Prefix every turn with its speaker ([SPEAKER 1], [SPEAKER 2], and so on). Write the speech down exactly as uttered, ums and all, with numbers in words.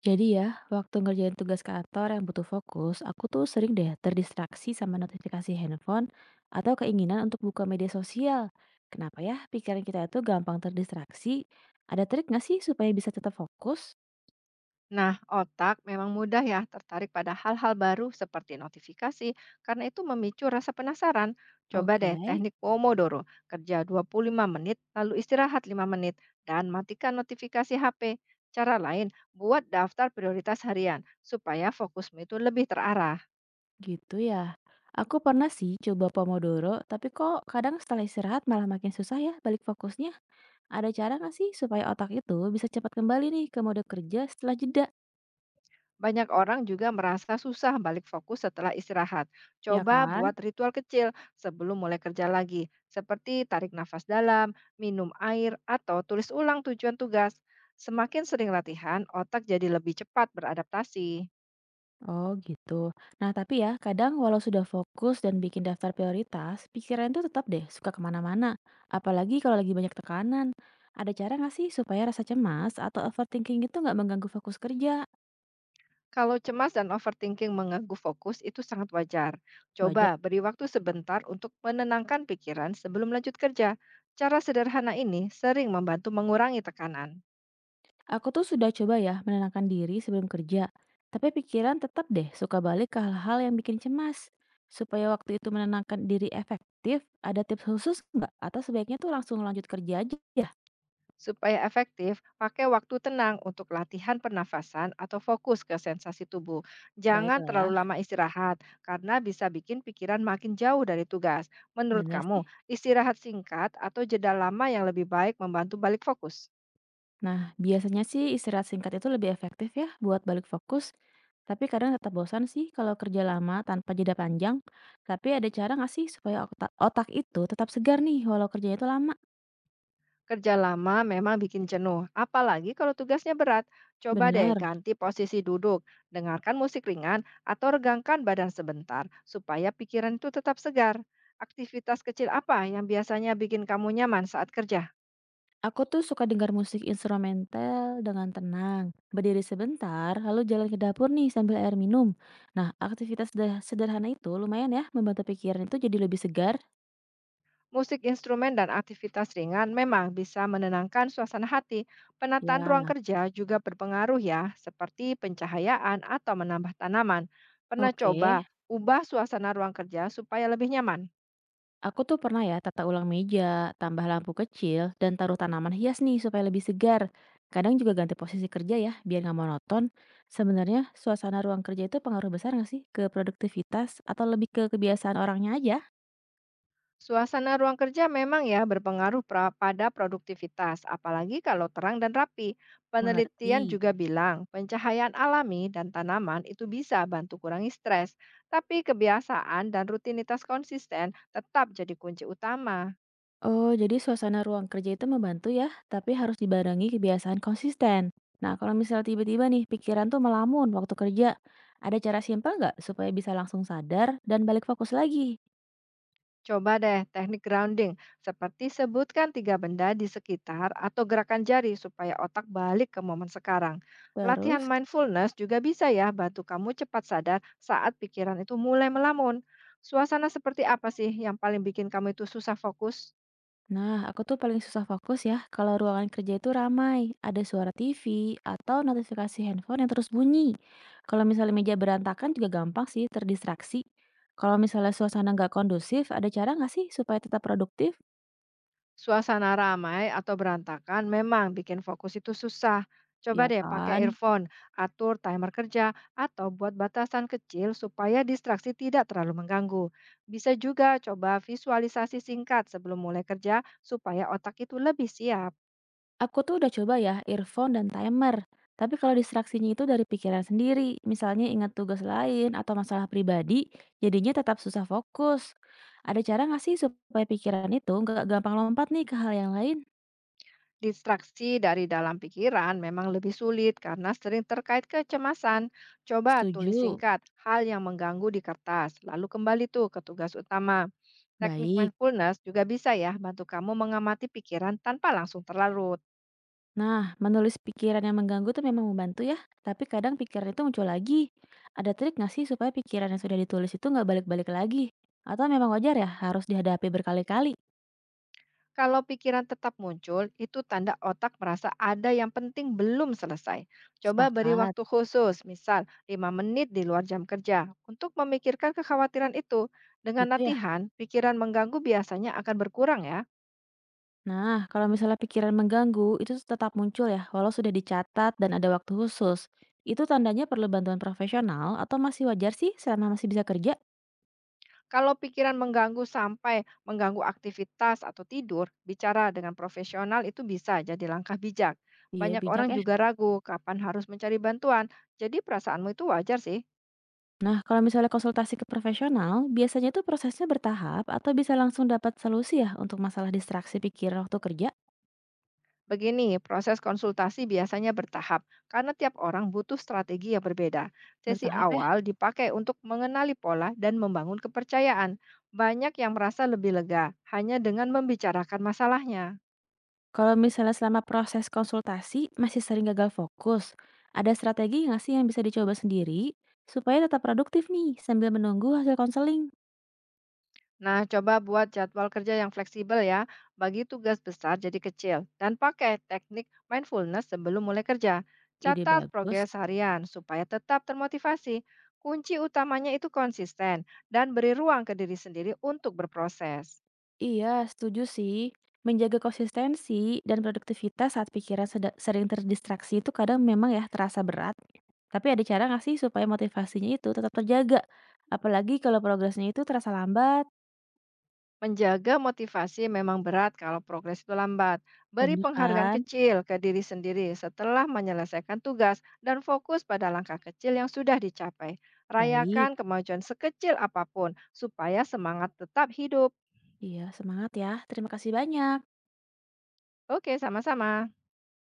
[SPEAKER 1] Jadi ya, waktu ngerjain tugas kantor yang butuh fokus, aku tuh sering deh terdistraksi sama notifikasi handphone atau keinginan untuk buka media sosial. Kenapa ya pikiran kita itu gampang terdistraksi? Ada trik nggak sih supaya bisa tetap fokus?
[SPEAKER 2] Nah, otak memang mudah ya tertarik pada hal-hal baru seperti notifikasi karena itu memicu rasa penasaran. Coba
[SPEAKER 1] Oke,
[SPEAKER 2] deh teknik Pomodoro, kerja dua puluh lima menit, lalu istirahat lima menit, dan matikan notifikasi H P. Cara lain, buat daftar prioritas harian supaya fokusmu itu lebih terarah.
[SPEAKER 1] gitu ya. Aku pernah sih coba Pomodoro, tapi kok kadang setelah istirahat malah makin susah ya balik fokusnya. Ada cara nggak sih supaya otak itu bisa cepat kembali nih ke mode kerja setelah jeda?
[SPEAKER 2] Banyak orang juga merasa susah balik fokus setelah istirahat.
[SPEAKER 1] Ya
[SPEAKER 2] Coba buat
[SPEAKER 1] kan?
[SPEAKER 2] ritual kecil sebelum mulai kerja lagi, seperti tarik nafas dalam, minum air, atau tulis ulang tujuan tugas. Semakin sering latihan, otak jadi lebih cepat beradaptasi.
[SPEAKER 1] Oh gitu. Nah tapi ya, kadang walau sudah fokus dan bikin daftar prioritas, pikiran tuh tetap deh suka kemana-mana. Apalagi kalau lagi banyak tekanan. Ada cara nggak sih supaya rasa cemas atau overthinking itu nggak mengganggu fokus kerja?
[SPEAKER 2] Kalau cemas dan overthinking mengganggu fokus, itu sangat wajar. Coba
[SPEAKER 1] Wajar.
[SPEAKER 2] beri waktu sebentar untuk menenangkan pikiran sebelum lanjut kerja. Cara sederhana ini sering membantu mengurangi tekanan.
[SPEAKER 1] Aku tuh sudah coba ya menenangkan diri sebelum kerja. Tapi pikiran tetap deh suka balik ke hal-hal yang bikin cemas. Supaya waktu itu menenangkan diri efektif, ada tips khusus nggak? Atau sebaiknya tuh langsung lanjut kerja aja ya?
[SPEAKER 2] Supaya efektif, pakai waktu tenang untuk latihan pernafasan atau fokus ke sensasi tubuh. Jangan
[SPEAKER 1] Baiklah,
[SPEAKER 2] terlalu lama istirahat, karena bisa bikin pikiran makin jauh dari tugas. Menurut
[SPEAKER 1] bener
[SPEAKER 2] kamu,
[SPEAKER 1] sih.
[SPEAKER 2] istirahat singkat atau jeda lama yang lebih baik membantu balik fokus?
[SPEAKER 1] Nah, biasanya sih istirahat singkat itu lebih efektif ya buat balik fokus. Tapi kadang tetap bosan sih kalau kerja lama tanpa jeda panjang. Tapi ada cara nggak sih supaya otak, otak itu tetap segar nih walau kerjanya itu lama?
[SPEAKER 2] Kerja lama memang bikin jenuh, apalagi kalau tugasnya berat. Coba deh
[SPEAKER 1] Bener,
[SPEAKER 2] ganti posisi duduk, dengarkan musik ringan, atau regangkan badan sebentar supaya pikiran itu tetap segar. Aktivitas kecil apa yang biasanya bikin kamu nyaman saat kerja?
[SPEAKER 1] aku tuh suka dengar musik instrumental dengan tenang. Berdiri sebentar, lalu jalan ke dapur nih sambil air minum. Nah, aktivitas seder- sederhana itu lumayan ya membantu pikiran itu jadi lebih segar.
[SPEAKER 2] Musik instrumen dan aktivitas ringan memang bisa menenangkan suasana hati. Penataan ruang
[SPEAKER 1] Ya,
[SPEAKER 2] kerja juga berpengaruh ya, seperti pencahayaan atau menambah tanaman. Pernah
[SPEAKER 1] oke.
[SPEAKER 2] coba ubah suasana ruang kerja supaya lebih nyaman?
[SPEAKER 1] Aku tuh pernah ya tata ulang meja, tambah lampu kecil, dan taruh tanaman hias nih supaya lebih segar. Kadang juga ganti posisi kerja ya, biar nggak monoton. Sebenarnya suasana ruang kerja itu pengaruh besar nggak sih ke produktivitas atau lebih ke kebiasaan orangnya aja?
[SPEAKER 2] Suasana ruang kerja memang ya berpengaruh pra- pada produktivitas, apalagi kalau terang dan rapi. Penelitian
[SPEAKER 1] Mengerti.
[SPEAKER 2] juga bilang pencahayaan alami dan tanaman itu bisa bantu kurangi stres, tapi kebiasaan dan rutinitas konsisten tetap jadi kunci utama.
[SPEAKER 1] Oh, jadi suasana ruang kerja itu membantu ya, tapi harus dibarengi kebiasaan konsisten. Nah, kalau misalnya tiba-tiba nih pikiran tuh melamun waktu kerja, ada cara simpel nggak supaya bisa langsung sadar dan balik fokus lagi?
[SPEAKER 2] Coba deh teknik grounding, seperti sebutkan tiga benda di sekitar atau gerakan jari supaya otak balik ke momen sekarang. Latihan
[SPEAKER 1] Terus?
[SPEAKER 2] mindfulness juga bisa ya bantu kamu cepat sadar saat pikiran itu mulai melamun. Suasana seperti apa sih yang paling bikin kamu itu susah fokus?
[SPEAKER 1] Nah, aku tuh paling susah fokus ya kalau ruangan kerja itu ramai, ada suara T V atau notifikasi handphone yang terus bunyi. Kalau misalnya meja berantakan juga gampang sih terdistraksi. Kalau misalnya suasana nggak kondusif, ada cara nggak sih supaya tetap produktif?
[SPEAKER 2] Suasana ramai atau berantakan memang bikin fokus itu susah. Coba
[SPEAKER 1] Ya
[SPEAKER 2] deh pakai
[SPEAKER 1] kan?
[SPEAKER 2] earphone, atur timer kerja, atau buat batasan kecil supaya distraksi tidak terlalu mengganggu. Bisa juga coba visualisasi singkat sebelum mulai kerja supaya otak itu lebih siap.
[SPEAKER 1] Aku tuh udah coba ya earphone dan timer. Tapi kalau distraksinya itu dari pikiran sendiri, misalnya ingat tugas lain atau masalah pribadi, jadinya tetap susah fokus. Ada cara nggak sih supaya pikiran itu nggak gampang lompat nih ke hal yang lain?
[SPEAKER 2] Distraksi dari dalam pikiran memang lebih sulit karena sering terkait kecemasan. Coba tulis
[SPEAKER 1] Setuju.
[SPEAKER 2] singkat hal yang mengganggu di kertas, lalu kembali tuh ke tugas utama. Teknik
[SPEAKER 1] Baik.
[SPEAKER 2] mindfulness juga bisa ya bantu kamu mengamati pikiran tanpa langsung terlarut.
[SPEAKER 1] Nah, menulis pikiran yang mengganggu itu memang membantu ya. Tapi kadang pikiran itu muncul lagi. Ada trik nggak sih supaya pikiran yang sudah ditulis itu nggak balik-balik lagi? Atau memang wajar ya harus dihadapi berkali-kali?
[SPEAKER 2] Kalau pikiran tetap muncul, itu tanda otak merasa ada yang penting belum selesai. Coba beri
[SPEAKER 1] Sepakat.
[SPEAKER 2] waktu khusus, misal lima menit di luar jam kerja, untuk memikirkan kekhawatiran itu. Dengan
[SPEAKER 1] Gitu ya.
[SPEAKER 2] latihan, pikiran mengganggu biasanya akan berkurang ya.
[SPEAKER 1] Nah, kalau misalnya pikiran mengganggu, itu tetap muncul ya, walau sudah dicatat dan ada waktu khusus. Itu tandanya perlu bantuan profesional atau masih wajar sih selama masih bisa kerja?
[SPEAKER 2] Kalau pikiran mengganggu sampai mengganggu aktivitas atau tidur, bicara dengan profesional itu bisa jadi langkah bijak.
[SPEAKER 1] Iya,
[SPEAKER 2] Banyak
[SPEAKER 1] bijak
[SPEAKER 2] orang
[SPEAKER 1] ya.
[SPEAKER 2] juga ragu kapan harus mencari bantuan, jadi perasaanmu itu wajar sih.
[SPEAKER 1] Nah, kalau misalnya konsultasi ke profesional, biasanya itu prosesnya bertahap atau bisa langsung dapat solusi ya untuk masalah distraksi pikiran waktu kerja?
[SPEAKER 2] Begini, proses konsultasi biasanya bertahap karena tiap orang butuh strategi yang berbeda. Sesi
[SPEAKER 1] Bertahap ya.
[SPEAKER 2] awal dipakai untuk mengenali pola dan membangun kepercayaan. Banyak yang merasa lebih lega hanya dengan membicarakan masalahnya.
[SPEAKER 1] Kalau misalnya selama proses konsultasi masih sering gagal fokus, ada strategi nggak sih yang bisa dicoba sendiri supaya tetap produktif nih sambil menunggu hasil konseling?
[SPEAKER 2] Nah, coba buat jadwal kerja yang fleksibel ya. Bagi tugas besar jadi kecil dan pakai teknik mindfulness sebelum mulai kerja.
[SPEAKER 1] Ide
[SPEAKER 2] Catat
[SPEAKER 1] bagus.
[SPEAKER 2] progres harian supaya tetap termotivasi. Kunci utamanya itu konsisten dan beri ruang ke diri sendiri untuk berproses.
[SPEAKER 1] Iya, setuju sih. Menjaga konsistensi dan produktivitas saat pikiran seda- sering terdistraksi itu kadang memang ya terasa berat. Tapi ada cara nggak sih supaya motivasinya itu tetap terjaga? Apalagi kalau progresnya itu terasa lambat?
[SPEAKER 2] Menjaga motivasi memang berat kalau progres itu lambat. Beri
[SPEAKER 1] Bener
[SPEAKER 2] penghargaan
[SPEAKER 1] kan?
[SPEAKER 2] kecil ke diri sendiri setelah menyelesaikan tugas dan fokus pada langkah kecil yang sudah dicapai.
[SPEAKER 1] Baik.
[SPEAKER 2] Rayakan kemajuan sekecil apapun supaya semangat tetap hidup.
[SPEAKER 1] Iya, semangat ya. Terima kasih banyak.
[SPEAKER 2] Oke, sama-sama.